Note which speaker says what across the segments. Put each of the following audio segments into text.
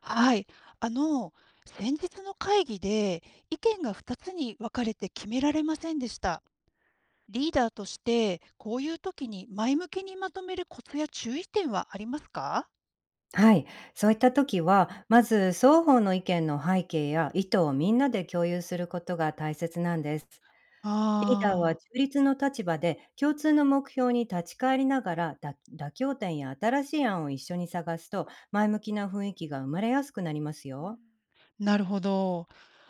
Speaker 1: はい。あの、先日の会議で意見が2つに分かれて決められませんでした。リーダーとして、こういう時に前向きにまとめるコツや注意点はありますか？
Speaker 2: はい、そういった時は、まず双方の意見の背景や意図をみんなで共有することが大切なんです。リーダーは
Speaker 1: ああ
Speaker 2: 中立の立場で共通の目標に立ち返りながら妥協点や新しい案を一緒に探すと、前向きな雰囲気が生まれやすくなりますよ。
Speaker 1: ー、なるほど。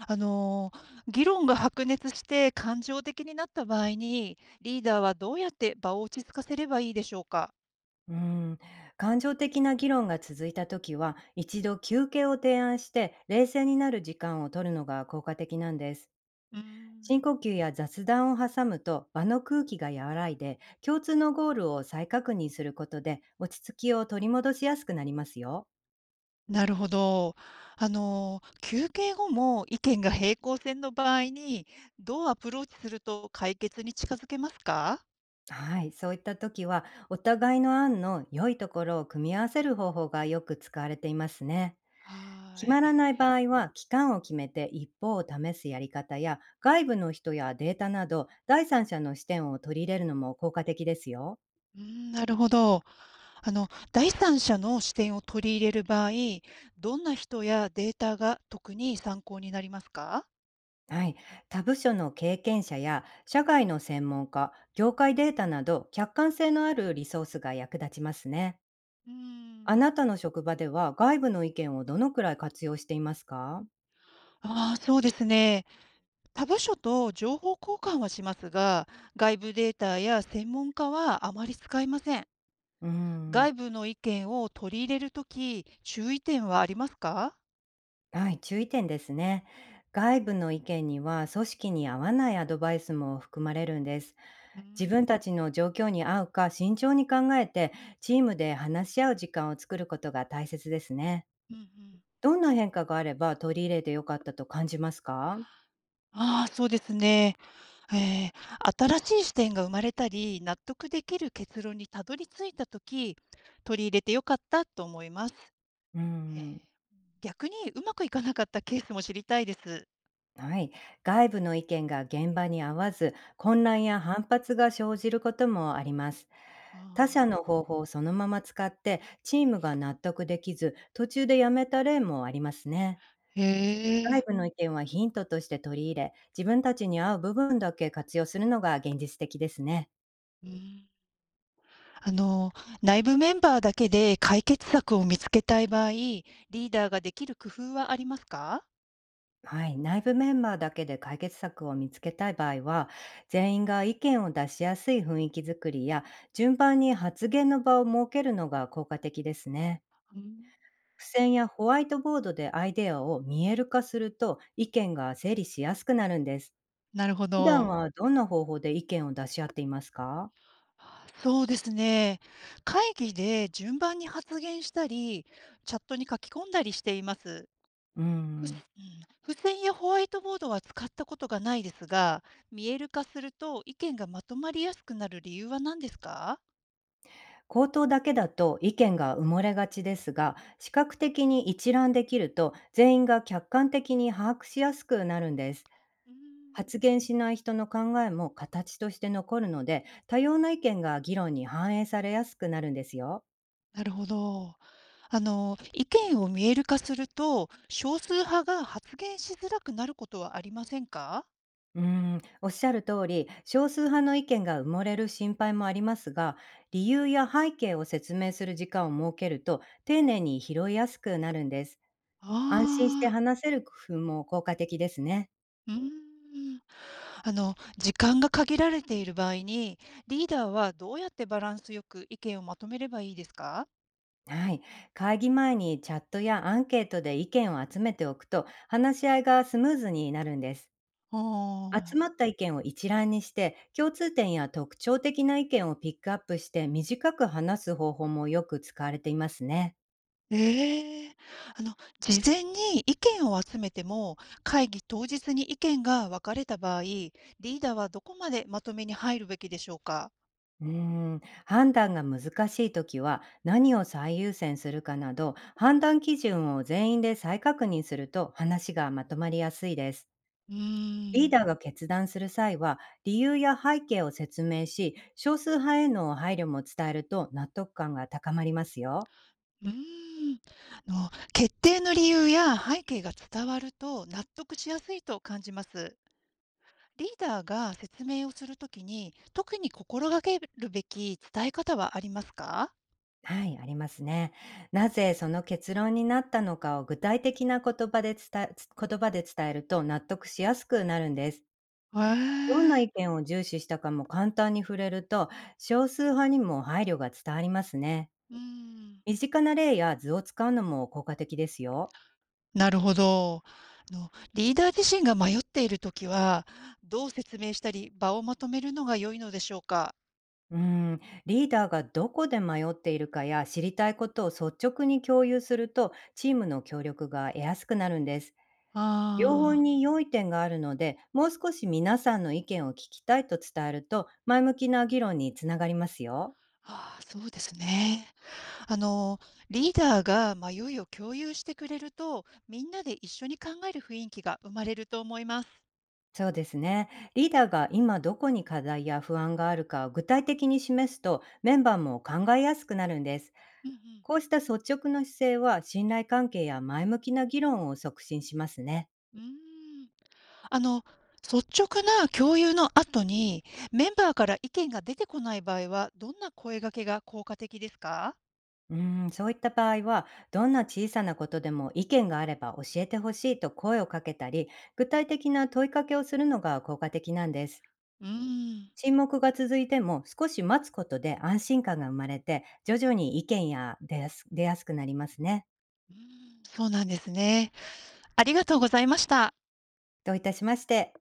Speaker 1: あの議論が白熱して感情的になった場合に、リーダーはどうやって場を落ち着かせればいいでしょうか？
Speaker 2: うん、感情的な議論が続いた時は、一度休憩を提案して冷静になる時間を取るのが効果的なんです。
Speaker 1: うー
Speaker 2: 深
Speaker 1: ん。
Speaker 2: 呼吸や雑談を挟むと場の空気が和らいで、共通のゴールを再確認することで落ち着きを取り戻しやすくなりますよ。
Speaker 1: なるほど。休憩後も意見が平行線の場合に、どうアプローチすると解決に近づけますか？
Speaker 2: はい、そういった時はお互いの案の良いところを組み合わせる方法がよく使われていますね。
Speaker 1: は
Speaker 2: 決ま
Speaker 1: い。
Speaker 2: らない場合は期間を決めて一方を試すやり方や、外部の人やデータなど第三者の視点を取り入れるのも効果的ですよ。
Speaker 1: うん、なるほど。第三者の視点を取り入れる場合、どんな人やデータが特に参考になりますか？
Speaker 2: はい、他部署の経験者や社外の専門家、業
Speaker 1: う
Speaker 2: 界デ
Speaker 1: ん。
Speaker 2: ータなど客観性のあるリソースが役立ちますね。あなたの職場では外部の意見をどのくらい活用していますか？
Speaker 1: ああ、そうですね。他部署と情報交換はしますが、外部データや専門家はあまり使いません。
Speaker 2: うーん、
Speaker 1: 外部の意見を取り入れるとき、注意点はありますか？
Speaker 2: はい、注意点ですね。外部の意見には組織に合わないアドバイスも含まれるんです。
Speaker 1: うー
Speaker 2: 自分
Speaker 1: ん、
Speaker 2: たちの状況に合うか慎重に考えて、チームで話し合う時間を作ることが大切ですね。
Speaker 1: うんうん。
Speaker 2: どんな変化があれば取り入れてよかったと感じますか？
Speaker 1: ああ、そうですね。え新しい視点が生まれたり、納得できる結論にたどり着いたとき、取り入れてよかったと思います。
Speaker 2: う
Speaker 1: え
Speaker 2: ん、
Speaker 1: 逆にうまくいかなかったケースも知りたいです。
Speaker 2: はい。外部の意見が現場に合わず、混乱や反発が生じることもあります。
Speaker 1: あ
Speaker 2: 他社の
Speaker 1: あ。
Speaker 2: 方法をそのまま使って、チームが納得できず、途中でやめた例もありますね。
Speaker 1: へ
Speaker 2: 外
Speaker 1: え。
Speaker 2: 部の意見はヒントとして取り入れ、自分たちに合う部分だけ活用するのが現実的ですね。
Speaker 1: うん。あの、内部メンバーだけで解決策を見つけたい場合、リーダーができる工夫はありますか？
Speaker 2: はい、内部メンバーだけで解決策を見つけたい場合は、全員が意見を出しやすい雰囲気づくりや、順番に発言の場を設けるのが効果的ですね。
Speaker 1: うん。
Speaker 2: 付箋やホワイトボードでアイデアを見える化すると、意見が整理しやすくなるんです。
Speaker 1: なるほ
Speaker 2: 普段
Speaker 1: ど。
Speaker 2: はどんな方法で意見を出し合っていますか？
Speaker 1: そうですね。会議で順番に発言したり、チャットに書き込んだりしています。
Speaker 2: う
Speaker 1: ふうん、
Speaker 2: ん。
Speaker 1: 付箋やホワイトボードは使ったことがないですが、見える化すると意見がまとまりやすくなる理由は何ですか？
Speaker 2: 口頭だけだと意見が埋もれがちですが、視覚的に一覧できると全員が客観的に把握しやすくなるんです。
Speaker 1: うーん。
Speaker 2: 発言しない人の考えも形として残るので、多様な意見が議論に反映されやすくなるんですよ。
Speaker 1: なるほど。意見を見える化すると、少数派が発言しづらくなることはありませんか？
Speaker 2: うーん、おっしゃる通り、少数派の意見が埋もれる心配もありますが、理由や背景を説明する時間を設けると、丁寧に拾いやすくなるんです。安心して
Speaker 1: ああー、
Speaker 2: 話せる工夫も効果的ですね。
Speaker 1: うーん。時間が限られている場合に、リーダーはどうやってバランスよく意見をまとめればいいですか？
Speaker 2: はい。会議前にチャットやアンケートで意見を集めておくと、話し合いがスムーズになるんです。
Speaker 1: あ
Speaker 2: 集まっ
Speaker 1: あ。
Speaker 2: た意見を一覧にして、共通点や特徴的な意見をピックアップして短く話す方法もよく使われていますね。
Speaker 1: ええ。あの、事前に意見を集めても、会議当日に意見が分かれた場合、リーダーはどこまでまとめに入るべきでしょうか？
Speaker 2: うーん、判断が難しいときは何を最優先するかなど、判断基準を全員で再確認すると話がまとまりやすいです。
Speaker 1: う
Speaker 2: リー
Speaker 1: ーん。
Speaker 2: ダーが決断する際は、理由や背景を説明し、少数派への配慮も伝えると納得感が高まりますよ。
Speaker 1: うーん。決定の理由や背景が伝わると納得しやすいと感じます。リーダーが説明をするときに、特に心がけるべき伝え方はありますか？
Speaker 2: はい、ありますね。なぜその結論になったのかを具体的な言葉で伝えると納得しやすくなるんです。
Speaker 1: へ
Speaker 2: どんな
Speaker 1: え、
Speaker 2: 意見を重視したかも簡単に触れると、少数派にも配慮が伝わりますね。
Speaker 1: うーん、
Speaker 2: 身近な例や図を使うのも効果的ですよ。
Speaker 1: なるほど。リーダー自身が迷っているときは、どう説明したり、場をまとめるのが良いのでしょうか？
Speaker 2: うん、リーダーがどこで迷っているかや知りたいことを率直に共有すると、チームの協力が得やすくなるんです。両方
Speaker 1: あ
Speaker 2: に
Speaker 1: あ。
Speaker 2: 良い点があるので、もう少し皆さんの意見を聞きたいと伝えると、前向きな議論につながりますよ。
Speaker 1: あー、そうですね。あの、リーダーが迷いを共有してくれると、みんなで一緒に考える雰囲気が生まれると思います。
Speaker 2: そうですね。リーダーが今どこに課題や不安があるかを具体的に示すと、メンバーも考えやすくなるんです。
Speaker 1: うんうん。
Speaker 2: こうした率直な姿勢は、信頼関係や前向きな議論を促進しますね。
Speaker 1: うーん。あの、率直な共有の後に、メンバーから意見が出てこない場合は、どんな声掛けが効果的ですか？
Speaker 2: うん、そういった場合は、どんな小さなことでも意見があれば教えてほしいと声をかけたり、具体的な問いかけをするのが効果的なんです。
Speaker 1: うーん、
Speaker 2: 沈黙が続いても少し待つことで安心感が生まれて、徐々に意見や出やすくなりますね。
Speaker 1: うーん、そうなんですね。ありがとうございました。
Speaker 2: どういたしまして。